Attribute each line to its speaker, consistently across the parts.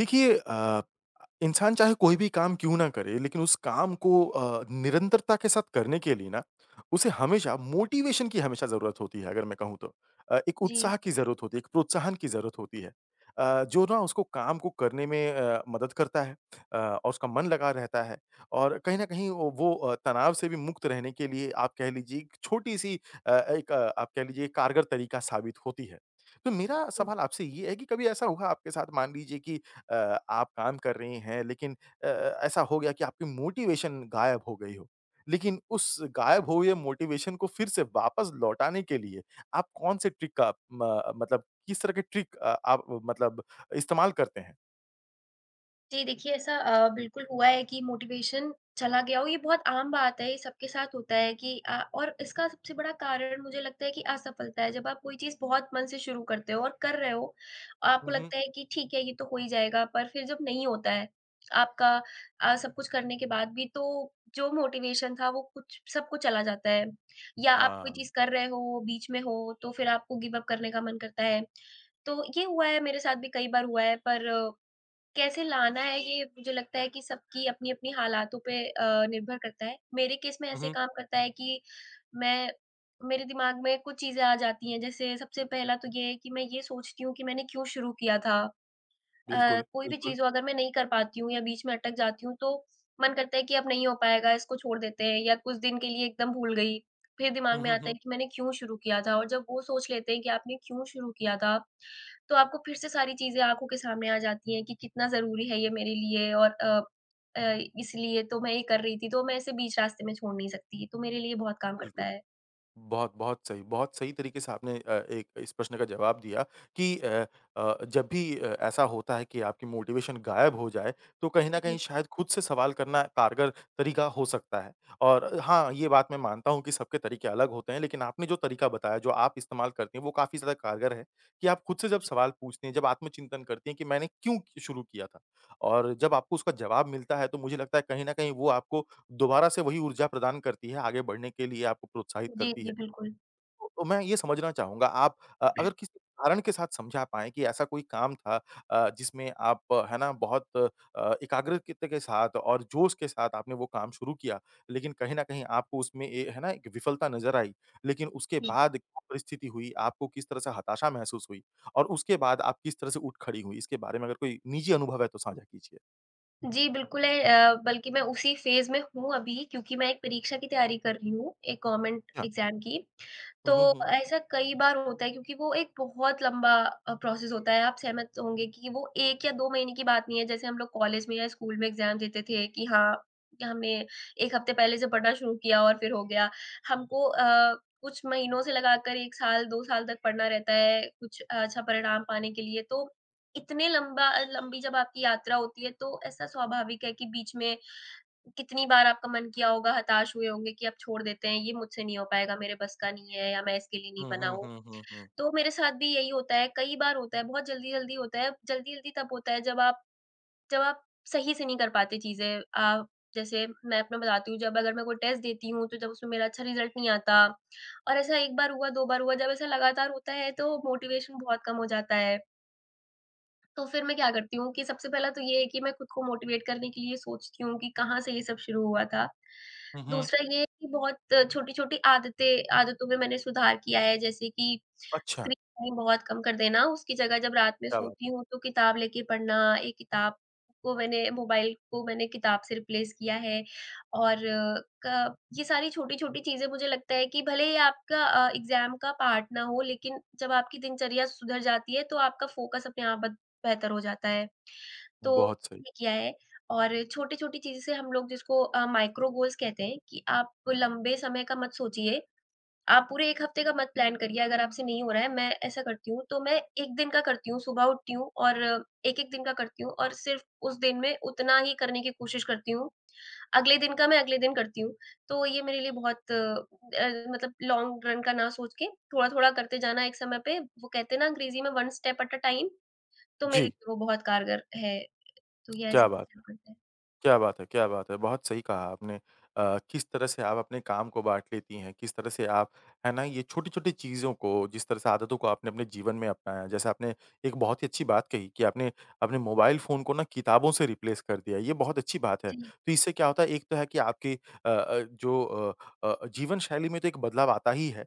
Speaker 1: देखिए इंसान चाहे कोई भी काम क्यों ना करे लेकिन उस काम को निरंतरता के साथ करने के लिए ना उसे हमेशा मोटिवेशन की हमेशा ज़रूरत होती है अगर मैं कहूँ तो। एक उत्साह
Speaker 2: जी,
Speaker 1: की ज़रूरत होती है, एक प्रोत्साहन की ज़रूरत होती है। जो ना उसको काम को करने में मदद करता है और उसका मन लगा रहता है और कहीं न कहीं ओ वो तनाव से भी मुक्त रहने के लिए आप कह लीजिए एक छोटी-सी अ, आप कह लीजिए कारगर तरीका साबित होती है। तो मेरा
Speaker 2: जी।
Speaker 1: सवाल आपसे ये है कि कभी ऐसा हुआ आपके साथ मान लीजिए कि आप काम कर रही हैं लेकिन ऐसा हो गया कि आपकी मोटिवेशन गायब हो गई हो। लेकिन उस गायब हुए मोटिवेशन को फिर से वापस लौटाने के लिए आप कौन से ट्रिक का म मतलब किस तरह के ट्रिक आप मतलब इस्तेमाल करते हैं?
Speaker 2: जी, देखिए ऐसा बिल्कुल हुआ है कि मोटिवेशन चला गया हो, ये बहुत आम बात है, ये सबके साथ होता है कि और इसका सबसे बड़ा कारण मुझे लगता है कि असफलता है। जब आप कोई चीज़ बहुत मन से शुरू करते हो और कर रहे हो, आपको
Speaker 1: हुँ, हुँ।
Speaker 2: लगता है कि ठीक है, ये तो हो ही जाएगा, पर फिर जब नहीं होता है आपका सब कुछ करने के बाद भी, तो जो मोटिवेशन था, वो कुछ सबको चला जाता है। या आप कोई
Speaker 1: हाँ।
Speaker 2: चीज़ कर रहे हो, बीच में हो, तो फिर आपको गिव अप करने का मन करता है। तो ये हुआ है, मेरे साथ भी कई बार हुआ है, पर कैसे लाना है ये मुझे लगता है कि सबकी अपनी-अपनी हालातों पे निर्भर करता है। मेरे केस में
Speaker 1: हुँ,
Speaker 2: ऐसे
Speaker 1: हुँ।
Speaker 2: काम करता है कि मैं मेरे दिमाग में कुछ चीज़ें आ जाती हैं, जैसे सबसे पहला तो ये है कि मैं ये सोचती हूँ कि मैंने क्यों शुरू किया था?
Speaker 1: बिल्कुल,
Speaker 2: कोई भी
Speaker 1: बिल्कुल।
Speaker 2: चीज़ हो अगर मैं नहीं कर पाती हूँ या बीच में अटक जाती हूँ तो मन करता है कि अब नहीं हो पाएगा, इसको छोड़ देते हैं या कुछ दिन के लिए एकदम भूल गई। फिर दिमाग
Speaker 1: हुँ,
Speaker 2: में
Speaker 1: हुँ,
Speaker 2: आता है
Speaker 1: हुँ।
Speaker 2: कि मैंने क्यों शुरू किया था और जब वो सोच लेते हैं कि आपने क्यों शुरू किया था, तो आपको फिर से सारी चीज़ें आँखों के सामने आ जाती हैं कि कितना ज़रूरी है ये मेरे लिए और अ, इसलिए तो मैं ये कर रही थी, तो मैं इसे बीच रास्ते में छोड़ नहीं सकती। तो मेरे लिए बहुत काम करता
Speaker 1: बिल्कुल।
Speaker 2: है।
Speaker 1: बहुत सही तरीके से आपने एक इस प्रश्न का जवाब दिया कि जब भी ऐसा होता है कि आपकी मोटिवेशन गायब हो जाए, तो कहीं न कहीं
Speaker 2: जी,
Speaker 1: शायद खुद से सवाल करना कारगर तरीका हो सकता है। और हाँ, ये बात मैं मानता हूँ कि सबके तरीके अलग होते हैं, लेकिन आपने जो तरीका बताया, जो आप इस्तेमाल करती हैं, वो काफ़ी ज़्यादा कारगर है कि आप खुद से जब सवाल पूछती हैं, जब आत्मचिंतन करती हैं कि मैंने क्यों शुरू किया था? और जब आपको उसका जवाब मिलता है, तो मुझे लगता है कहीं न कहीं वो आपको दोबारा से वही ऊर्जा प्रदान करती है, आगे बढ़ने के लिए आपको प्रोत्साहित
Speaker 2: जी,
Speaker 1: करती है।
Speaker 2: जी, बिल्कुल।
Speaker 1: तो मैं ये समझना चाहूँगा आप अगर किसी उदाहरण के साथ समझा पाएँ कि ऐसा कोई काम था जिसमें आप है ना बहुत एकाग्रचित्त के साथ और जोश के साथ आपने वो काम शुरू किया, लेकिन कहीं न कहीं आपको उसमें ए है ना एक विफलता नज़र आई, लेकिन उसके बाद क्या परिस्थिति हुई, आपको किस तरह से हताशा महसूस हुई? और उसके बाद आप किस तरह से उठ खड़ी हुई? इसके बारे में अगर कोई निजी अनुभव है तो साझा कीजिए।
Speaker 2: जी, बिल्कुल है, बल्कि मैं उसी फ़ेज़ में हूँ अभी क्योंकि मैं एक परीक्षा की तैयारी कर रही हूँ, एक गवर्नमेंट
Speaker 1: हाँ।
Speaker 2: एग्ज़ाम की।
Speaker 1: हुँ,
Speaker 2: तो
Speaker 1: हुँ, हुँ।
Speaker 2: ऐसा कई बार होता है क्योंकि वो एक बहुत लंबा प्रोसेस होता है, आप सहमत होंगे कि वो 1 या 2 महीने की बात नहीं है, जैसे हम लोग कॉलेज में या स्कूल में एग्ज़ाम देते थे कि हाँ, कि हमने 1 हफ्ते पहले से पढ़ना शुरू किया और फिर हो गया। हमको कुछ महीनों से लगाकर 1 साल, 2 साल तक पढ़ना रहता है, कुछ अच्छा परिणाम पाने के लिए। तो इतने लंबा लंबी जब आपकी यात्रा होती है, तो ऐसा स्वाभाविक है कि बीच में कितनी बार आपका मन किया होगा, हताश हुए होंगे कि अब छोड़ देते हैं, ये मुझसे नहीं हो पाएगा, मेरे बस का नहीं है या मैं इसके लिए नहीं
Speaker 1: हुँ,
Speaker 2: बना
Speaker 1: हुँ,
Speaker 2: हूँ।
Speaker 1: हुँ, हुँ, हुँ।
Speaker 2: तो मेरे साथ भी यही होता है, कई बार होता है, बहुत जल्दी-जल्दी होता है। जल्दी-जल्दी तब होता है जब आप जब आप सही से नहीं कर पाते चीज़ें। जैसे मैं अपना बताती हूँ, जब अगर मैं कोई टेस्ट देती हूँ, तो जब उसमें मेरा अच्छा रिज़ल्ट नहीं आता और ऐसा 1 बार हुआ, 2 बार हुआ, जब ऐसा लगातार होता है, तो मोटिवेशन बहुत कम हो जाता है। तो फिर मैं क्या करती हूँ कि सबसे पहला तो ये है कि मैं खुद को मोटिवेट करने के लिए सोचती हूँ कि कहाँ से ये सब शुरू हुआ था।
Speaker 1: हुँ, हुँ।
Speaker 2: दूसरा ये है कि बहुत छोटी-छोटी आदतें आदतों में मैंने सुधार किया है जैसे कि
Speaker 1: अच्छा।
Speaker 2: स्क्रीन टाइम बहुत कम कर देना, उसकी जगह जब रात में
Speaker 1: क्या बात
Speaker 2: सोती
Speaker 1: है!
Speaker 2: हूँ तो किताब लेके पढ़ना, एक किताब को मैंने मोबाइल को मैंने किताब से रिप्लेस किया है और क ये सारी छोटी-छोटी चीज़ें मुझे लगता है कि भले ही आपका एग्ज़ाम का पार्ट ना हो लेकिन जब आपकी दिनचर्या सुधर जाती है तो आपका फ़ोकस अपने आप बेहतर हो जाता है। तो
Speaker 1: बहुत सही।
Speaker 2: ये किया है और छोटी-छोटी चीज़ें से हम लोग जिसको माइक्रो गोल्स कहते हैं कि आप लंबे समय का मत सोचिए। आप पूरे 1 हफ्ते का मत प्लान करिए अगर आपसे नहीं हो रहा है। मैं ऐसा करती हूँ तो मैं 1 दिन का करती हूँ, सुबह उठती हूँ और 1-1 दिन का करती हूँ और सिर्फ़ उस दिन में उतना ही करने की कोशिश करती हूँ। अगले दिन का मैं अगले दिन करती हूँ। तो ये मेरे लिए बहुत मतलब लॉन्ग रन का ना सोच के थोड़ा-थोड़ा करते जाना एक समय पे, वो कहते हैं ना अंग्रेज़ी में one step at a time. तो मेरे
Speaker 1: जी,
Speaker 2: लिए वो बहुत कारगर है, तो ये
Speaker 1: क्या
Speaker 2: ऐसे
Speaker 1: बात
Speaker 2: करना पड़ता है।
Speaker 1: क्या बात है, क्या बात है! बहुत सही कहा आपने। किस तरह से आप अपने काम को बाँट लेती हैं, किस तरह से आप, है ना, ये छोटी-छोटी चीज़ों को, जिस तरह से आदतों को आपने अपने जीवन में अपनाया। जैसे आपने एक बहुत ही अच्छी बात कही कि आपने अपने मोबाइल फ़ोन को ना किताबों से रिप्लेस कर दिया, ये बहुत अच्छी बात है।
Speaker 2: जी,
Speaker 1: तो इससे क्या होता है, एक तो है कि आपकी जो जीवन शैली में तो एक बदलाव आता ही है,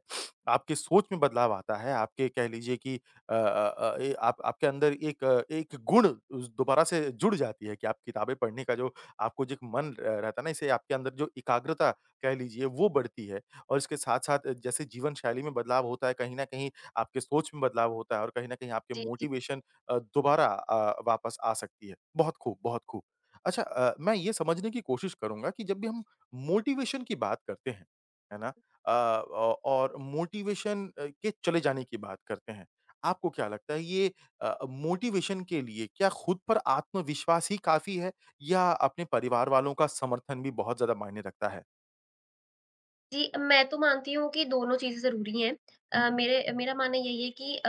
Speaker 1: आपके सोच में बदलाव आता है, आपके कह लीजिए कि अ अ अ, ए आप आपके अंदर एक एक गुण उस दोबारा से जुड़ जाती है कि आप किताबें पढ़ने का जो आपको जो एक मन र रहता है ना, इससे आपके अंदर जो एकाग्रता कह लीजिए वो बढ़ती है और इसके साथ-साथ जैसे जीवन शैली में बदलाव होता है, कहीं न कहीं आपके सोच में बदलाव होता है और कहीं न कहीं आपके
Speaker 2: जी, जी।
Speaker 1: मोटिवेशन दोबारा वापस आ सकती है। बहुत खूब। अच्छा मैं ये समझने की कोशिश करूँगा कि जब भी हम मोटिवेशन की बात करते हैं, है ना? अ, औ और मोटिवेशन के चले जाने की बात करते हैं। आपको क्या लगता है ये मोटिवेशन के लिए क्या खुद पर आत्मविश्वास ही काफ़ी है? या अपने परिवार वालों का समर्थन भी बहुत ज़्यादा मायने रखता है।
Speaker 2: जी, मैं तो मानती हूँ कि दोनों चीज़ें ज़रूरी हैं। अ, मेरे मेरा मानना यही है कि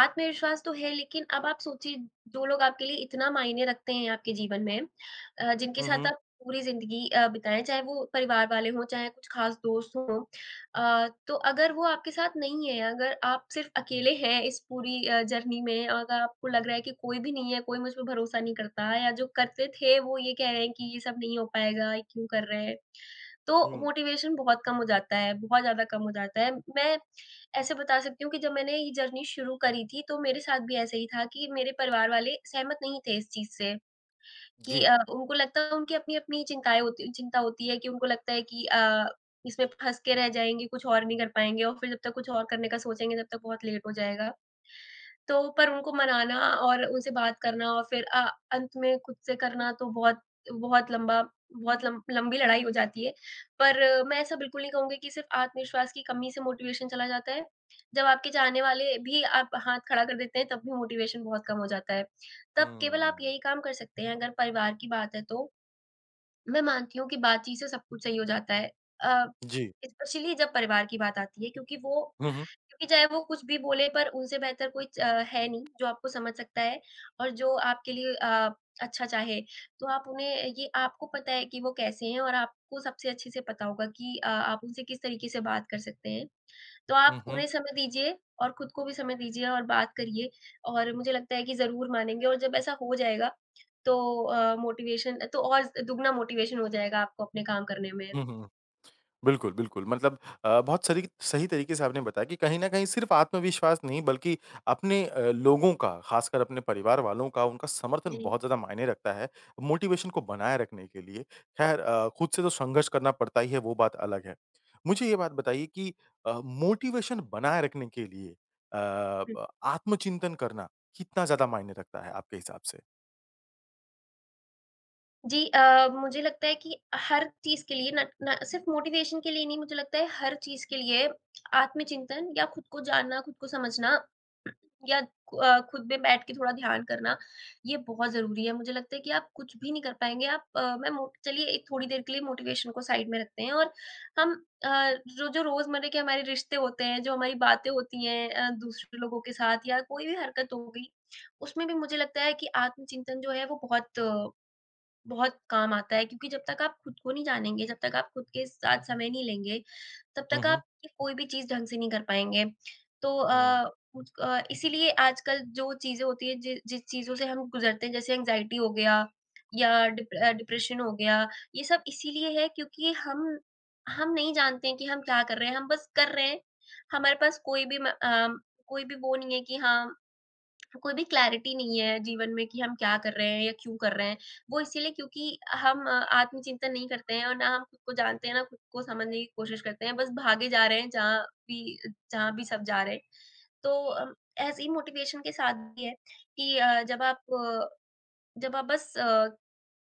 Speaker 2: आत्मविश्वास तो है, लेकिन अब आप सोचिए जो लोग आपके लिए इतना मायने रखते हैं आपके जीवन में, जिनके
Speaker 1: हुँ,
Speaker 2: साथ
Speaker 1: हुँ।
Speaker 2: आप पूरी ज़िंदगी बिताएँ, चाहे वो परिवार वाले हों, चाहे कुछ ख़ास दोस्त हों। तो अगर वो आपके साथ नहीं है, अगर आप सिर्फ़ अकेले हैं इस पूरी जर्नी में, और अगर आपको लग रहा है कि कोई भी नहीं है, कोई मुझ पे भरोसा नहीं करता या जो करते थे वो ये कह रहे हैं कि ये सब नहीं हो पाएगा, ये क्यों कर रहे हैं? तो
Speaker 1: हुँ।
Speaker 2: मोटिवेशन बहुत कम हो जाता है, बहुत ज़्यादा कम हो जाता है। मैं ऐसे बता सकती हूँ कि जब मैंने ये जर्नी शुरू करी थी, तो मेरे साथ भी ऐसे ही था कि मेरे परिवार वाले सहमत नहीं थे इस चीज़ से कि
Speaker 1: जी।
Speaker 2: उनको लगता है, उनकी अपनी-अपनी चिंता होती है कि उनको लगता है कि इसमें फँस के रह जाएँगे, कुछ और नहीं कर पाएँगे और फिर जब तक कुछ और करने का सोचेंगे, तब तक बहुत लेट हो जाएगा। तो पर उनको मनाना और उनसे बात करना और फिर अंत में खुद से करना तो बहुत बहुत लंबा बहुत लम लंबी लड़ाई हो जाती है। पर मैं ऐसा बिल्कुल नहीं कहूँगी कि सिर्फ़ आत्मविश्वास की कमी से मोटिवेशन चला जाता है। जब आपके चाहने वाले भी आप हाथ खड़ा कर देते हैं तब भी मोटिवेशन बहुत कम हो जाता है। तब केवल आप
Speaker 1: हुँ।
Speaker 2: यही काम कर सकते हैं अगर परिवार की बात है तो, मैं मानती हूँ कि बातचीत से सब कुछ सही हो जाता है। अ,
Speaker 1: जी।
Speaker 2: स्पेशली जब परिवार की बात आती है
Speaker 1: हुँ, हुँ।
Speaker 2: क्योंकि चाहे वो कुछ भी बोले पर उनसे बेहतर कोई है नहीं जो आपको समझ सकता है और जो आपके लिए अच्छा चाहे। तो आप उन्हें ये आपको पता है कि वो कैसे हैं और आपको सबसे अच्छे से पता होगा कि आप उनसे किस तरीके से बात कर सकते हैं। तो आप
Speaker 1: हुँ, हुँ।
Speaker 2: उन्हें समय दीजिए और खुद को भी समय दीजिए और बात करिए और मुझे लगता है कि ज़रूर मानेंगे और जब ऐसा हो जाएगा तो मोटिवेशन तो और ज़ दुगना मोटिवेशन हो जाएगा आपको अपने काम करने में।
Speaker 1: हुँ, हुँ। बिल्कुल, बिल्कुल। मतलब अ, बहुत सरी सही तरीके से आपने बताया कि कहीं न कहीं सिर्फ़ आत्मविश्वास नहीं बल्कि अपने लोगों का, ख़ासकर अपने परिवार वालों का, उनका समर्थन
Speaker 2: जी।
Speaker 1: बहुत ज़्यादा मायने रखता है, मोटिवेशन को बनाए रखने के लिए। ख़ैर खुद से तो संघर्ष करना पड़ता ही है, वो बात अलग है। मुझे ये बात बताइए कि मोटिवेशन बनाए रखने के लिए अ, ब आत्मचिंतन करना कितना ज़्यादा मायने रखता है आपके हिसाब से?
Speaker 2: जी, मुझे लगता है कि हर चीज़ के लिए, न न सिर्फ़ मोटिवेशन के लिए, नहीं मुझे लगता है हर चीज़ के लिए आत्मचिंतन या खुद को जानना, खुद को समझना या खुद में बैठ के थोड़ा ध्यान करना, ये बहुत ज़रूरी है। मुझे लगता है कि आप कुछ भी नहीं कर पाएँगे, आप अ, मैं मो चलिए एक थोड़ी देर के लिए मोटिवेशन को साइड में रखते हैं और हम जो जो रोज़मर्रा के हमारे रिश्ते होते हैं, जो हमारी बातें होती हैं दूसरे लोगों के साथ या कोई भी हरकत हो गई, उसमें भी मुझे लगता है कि आत्मचिंतन जो है वो बहुत बहुत काम आता है क्योंकि जब तक आप खुद को नहीं जानेंगे, जब तक आप खुद के साथ समय नहीं लेंगे, तब
Speaker 1: हुँ,
Speaker 2: तक
Speaker 1: हुँ।
Speaker 2: आप ये कोई भी चीज़ ढंग से नहीं कर पाएँगे। तो
Speaker 1: हुँ।
Speaker 2: इसीलिए आजकल जो चीज़ें होती हैं, जि जिस चीज़ों से हम गुज़रते हैं, जैसे एंग्ज़ायटी हो गया या डिप्रेशन हो गया, ये सब इसीलिए है क्योंकि हम नहीं जानते हैं कि हम क्या कर रहे हैं, हम बस कर रहे हैं। हमारे पास कोई भी वो नहीं है कि हाँ, कोई भी क्लैरिटी नहीं है जीवन में कि हम क्या कर रहे हैं या क्यों कर रहे हैं। वो इसीलिए क्योंकि हम आत्मचिंतन नहीं करते हैं और ना हम खुद को जानते हैं, ना खुद को समझने की कोशिश करते हैं, बस भागे जा रहे हैं भी जहाँ भी सब जा रहे हैं। तो ऐसे ही मोटिवेशन के साथ भी है कि जब आप बस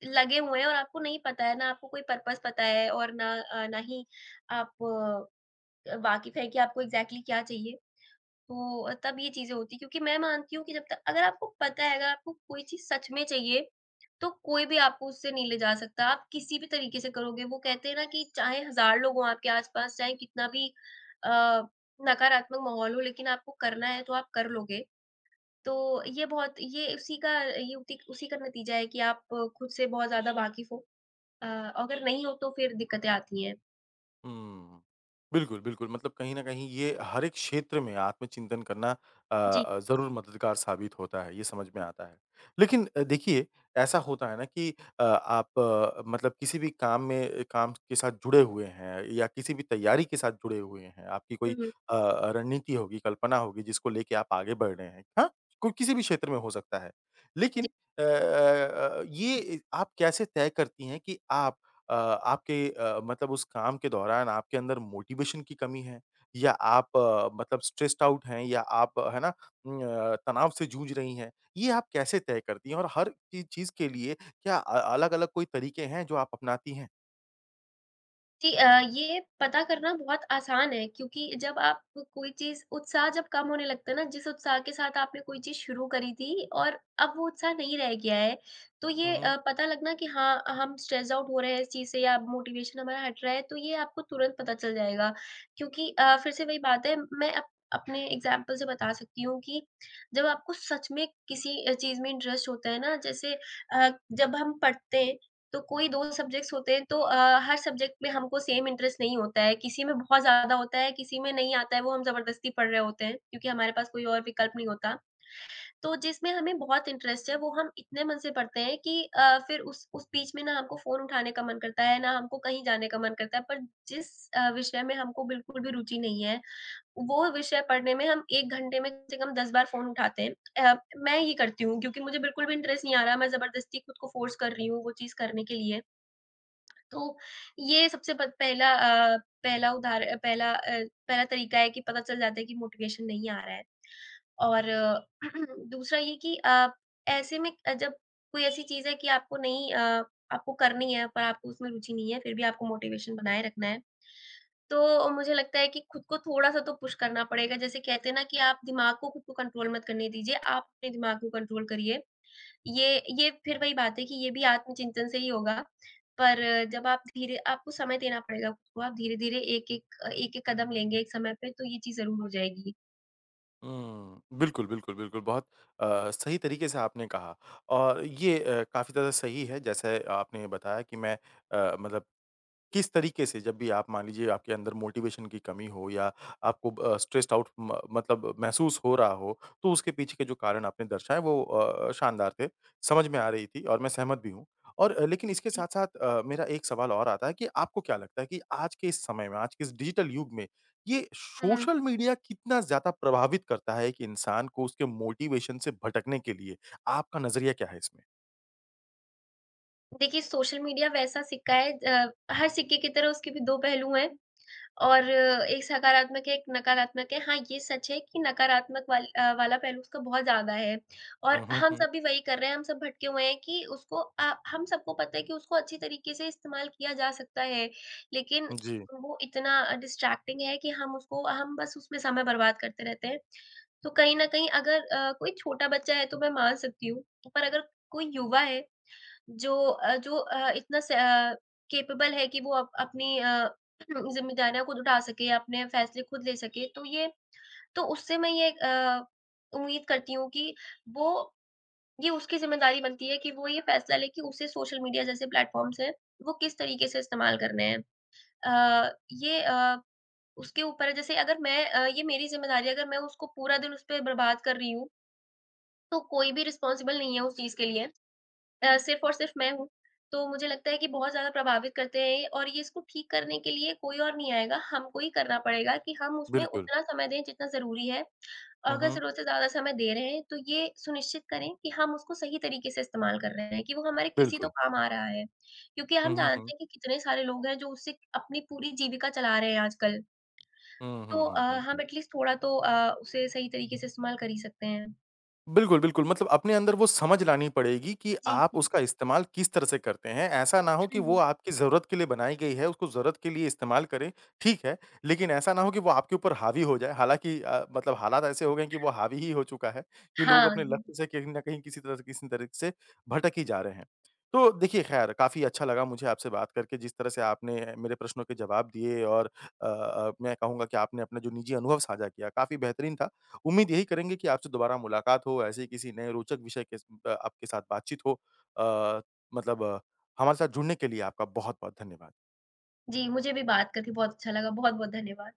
Speaker 2: लगे हुए हैं और आपको नहीं पता है, ना आपको कोई पर्पज़ पता है और ना ना ही आप वाकिफ़ है कि आपको एग्ज़ैक्टली क्या चाहिए। तो तब ये चीज़ें होती हैं क्योंकि मैं मानती हूँ कि जब तक अगर आपको पता है, अगर आपको कोई चीज़ सच में चाहिए, तो कोई भी आपको उससे नहीं ले जा सकता। आप किसी भी तरीके से करोगे, वो कहते हैं ना कि चाहे हज़ार लोग हों आपके आस-पास, चाहे कितना भी अ, नकारात्मक माहौल हो, लेकिन आपको करना है तो आप कर लोगे। तो ये बहुत ये उसी का ये उती उसी का नतीजा है कि आप खुद से बहुत ज़्यादा वाकिफ़ हो। अ, अगर नहीं हो तो फिर दिक्कतें आती हैं।
Speaker 1: हुँ। बिल्कुल, बिल्कुल मतलब कहीं न कहीं ये हर एक क्षेत्र में आत्मचिंतन करना
Speaker 2: जी।
Speaker 1: ज़रूर मददगार साबित होता है, ये समझ में आता है। लेकिन देखिए ऐसा होता है ना कि आप मतलब किसी भी काम में काम के साथ जुड़े हुए हैं या किसी भी तैयारी के साथ जुड़े हुए हैं, आपकी कोई
Speaker 2: हुँ, हुँ।
Speaker 1: रणनीति होगी, कल्पना होगी जिसको लेके आप आगे बढ़ रहे हैं, हाँ? कोई किसी भी क्षेत्र में हो सकता है। लेकिन ये आप कैसे तय करती हैं कि आप आपके मतलब उस काम के दौरान आपके अंदर मोटिवेशन की कमी है या आप मतलब स्ट्रेस्ड आउट हैं या आप है ना तनाव से जूझ रही हैं, ये आप कैसे तय करती हैं? और हर चीज़ चीज़ के लिए क्या अलग-अलग कोई तरीके हैं जो आप अपनाती हैं?
Speaker 2: जी अ, ये पता करना बहुत आसान है क्योंकि जब आप कोई चीज़ उत्साह जब कम होने लगता है ना, जिस उत्साह के साथ आपने कोई चीज़ शुरू करी थी और अब वो उत्साह नहीं रह गया है, तो
Speaker 1: हुँ,
Speaker 2: ये
Speaker 1: हुँ।
Speaker 2: पता लगना कि हाँ, हम स्ट्रेस आउट हो रहे हैं इस चीज़ से या मोटिवेशन हमारा हट रहा है, तो ये आपको तुरंत पता चल जाएगा। क्योंकि फिर से वही बात है, मैं अप अपने एग्ज़ाम्पल से बता सकती हूँ कि जब आपको सच में किसी चीज़ में इंटरेस्ट होता है ना, जैसे जब हम पढ़ते हैं तो कोई 2 सब्जेक्ट्स होते हैं तो हर सब्जेक्ट में हमको सेम इंटरेस्ट नहीं होता है, किसी में बहुत ज़्यादा होता है, किसी में नहीं आता है, वो हम ज़बरदस्ती पढ़ रहे होते हैं, क्योंकि हमारे पास कोई और विकल्प नहीं होता। तो जिसमें हमें बहुत इंटरेस्ट है, वो हम इतने मन से पढ़ते हैं कि फिर उस बीच में ना हमको फ़ोन उठाने का मन करता है, ना हमको कहीं जाने का मन करता है, पर जिस विषय में हमको बिल्कुल भी रुचि नहीं है, वो विषय पढ़ने में हम 1 घंटे में कम से कम 10 बार फ़ोन उठाते हैं। मैं ये करती हूँ क्योंकि मुझे बिल्कुल भी इंटरेस्ट नहीं आ रहा, मैं ज़बरदस्ती खुद को फ़ोर्स कर रही हूँ वो चीज़ करने के लिए। तो ये सबसे प पहला अ, पहला उदाहर पहला अ, पहला तरीका है कि पता चल जाता है कि मोटिवेशन नहीं आ रहा है। और दूसरा ये कि ऐसे में जब कोई ऐसी चीज़ है कि आपको नहीं अ, आपको करनी है पर आपको उसमें रुचि नहीं है, फिर भी आपको मोटिवेशन बनाए रखना है, तो मुझे लगता है कि खुद को थोड़ा-सा तो पुश करना पड़ेगा। जैसे कहते हैं ना कि आप दिमाग को खुद को कंट्रोल मत करने दीजिए, आप अपने दिमाग को कंट्रोल करिए। ये फिर वही बात है कि ये भी आत्मचिंतन से ही होगा, पर जब आप धीरे आपको समय देना पड़ेगा खुद को, आप धीरे-धीरे एक-एक कदम लेंगे एक समय पे तो ये चीज़ ज़रूर हो जाएगी।
Speaker 1: बिल्कुल बहुत सही तरीके से आपने कहा और ये काफ़ी ज़्यादा सही है जैसे आपने बताया कि मैं मतलब किस तरीके से जब भी आप मान लीजिए आपके अंदर मोटिवेशन की कमी हो या आपको स्ट्रेस्ड आउट म मतलब महसूस हो रहा हो, तो उसके पीछे के जो कारण आपने दर्शाए वो शानदार थे, समझ में आ रही थी और मैं सहमत भी हूँ। और लेकिन इसके
Speaker 2: जी।
Speaker 1: साथ-साथ मेरा एक सवाल और आता है कि आपको क्या लगता है कि आज के इस समय में, आज के इस डिजिटल युग में, ये
Speaker 2: हुँ,
Speaker 1: सोशल मीडिया कितना ज़्यादा प्रभावित करता है एक इंसान को उसके मोटिवेशन से भटकने के लिए? आपका नज़रिया क्या है इसमें?
Speaker 2: देखिए सोशल मीडिया वैसा सिक्का है, हर सिक्के की तरह उसके भी 2 पहलू हैं। और एक सकारात्मक है, एक नकारात्मक है। हाँ, ये सच है कि वाला पहलू उसका बहुत ज़्यादा है और
Speaker 1: हुँ, हुँ,
Speaker 2: हम
Speaker 1: हुँ।
Speaker 2: सब भी वही कर रहे हैं, हम सब भटके हुए हैं कि हम सबको पता है कि उसको अच्छी तरीके से इस्तेमाल किया जा सकता है, लेकिन
Speaker 1: जी,
Speaker 2: वो इतना डिस्ट्रैक्टिंग है कि हम बस उसमें समय बर्बाद करते रहते हैं। तो कहीं न कहीं अगर कोई छोटा बच्चा है तो मैं मान सकती हूँ, पर अगर कोई युवा है जो अ, इतना स अ, कैपेबल है कि वो अप अपनी ज़िम्मेदारियाँ खुद उठा सके, अपने फैसले खुद ले सके, तो ये तो उससे मैं ये अ, उम्मीद करती हूँ कि वो ये उसकी ज़िम्मेदारी बनती है कि वो ये फैसला ले कि उसे सोशल मीडिया जैसे प्लेटफ़ॉर्म्स हैं, वो किस तरीके से इस्तेमाल करने हैं। अ, ये अ, उसके ऊपर है। जैसे अगर मैं अ, ये मेरी ज़िम्मेदारी है, अगर मैं उसको पूरा दिन उस पे बर्बाद कर रही हूँ, तो कोई भी रिस्पॉन्सिबल नहीं है उस चीज़ के लिए। सिर्फ़ और सिर्फ़ मैं हूँ। तो मुझे लगता है कि बहुत ज़्यादा प्रभावित करते हैं और ये इसको ठीक करने के लिए कोई और नहीं आएगा, हमको ही करना पड़ेगा कि हम उसमें
Speaker 1: बिल्कुल।
Speaker 2: उतना समय दें जितना ज़रूरी है। और
Speaker 1: हुँ,
Speaker 2: अगर
Speaker 1: हुँ,
Speaker 2: ज़रूरत से ज़्यादा समय दे रहे हैं, तो ये सुनिश्चित करें कि हम उसको सही तरीके से इस्तेमाल कर रहे हैं कि वो हमारे किसी तो
Speaker 1: बिल्कुल।
Speaker 2: काम आ रहा है। क्योंकि
Speaker 1: हुँ,
Speaker 2: हम
Speaker 1: हुँ, हुँ।
Speaker 2: जानते हैं कि कितने सारे लोग हैं जो उससे अपनी पूरी जीविका चला रहे हैं आजकल।
Speaker 1: हुँ, हुँ,
Speaker 2: तो
Speaker 1: हुँ, हुँ, हुँ।
Speaker 2: हम एट लीस्ट थोड़ा तो उसे सही तरीके से इस्तेमाल कर ही सकते हैं।
Speaker 1: बिल्कुल, बिल्कुल मतलब अपने अंदर वो समझ लानी पड़ेगी कि
Speaker 2: जी,
Speaker 1: आप
Speaker 2: जी।
Speaker 1: उसका इस्तेमाल किस तरह से करते हैं। ऐसा ना हो कि
Speaker 2: हाँ
Speaker 1: वो
Speaker 2: जी।
Speaker 1: आपकी ज़रूरत के लिए बनाई गई है, उसको ज़रूरत के लिए इस्तेमाल करें, ठीक है। लेकिन ऐसा ना हो कि वो आपके ऊपर हावी हो जाए। हालाँकि मतलब हालात ऐसे हो गए हैं कि वो हावी ही हो चुका है कि लोग अपने
Speaker 2: हाँ।
Speaker 1: लक्ष्य से कहीं न कहीं किसी तरह से किसी तरीके से भटक ही जा रहे हैं। तो देखिए ख़ैर काफ़ी अच्छा लगा मुझे आपसे बात करके जिस तरह से आपने मेरे प्रश्नों के जवाब दिए और मैं कहूँगा कि आपने अपना जो निजी अनुभव साझा किया काफ़ी बेहतरीन था। उम्मीद यही करेंगे कि आपसे दोबारा मुलाकात हो, ऐसे ही किसी नए रोचक विषय के आपके साथ बातचीत हो। अ, मतलब अ, हमारे साथ जुड़ने के लिए आपका बहुत-बहुत धन्यवाद।
Speaker 2: जी, मुझे भी बात करके बहुत अच्छा लगा। बहुत-बहुत धन्यवाद।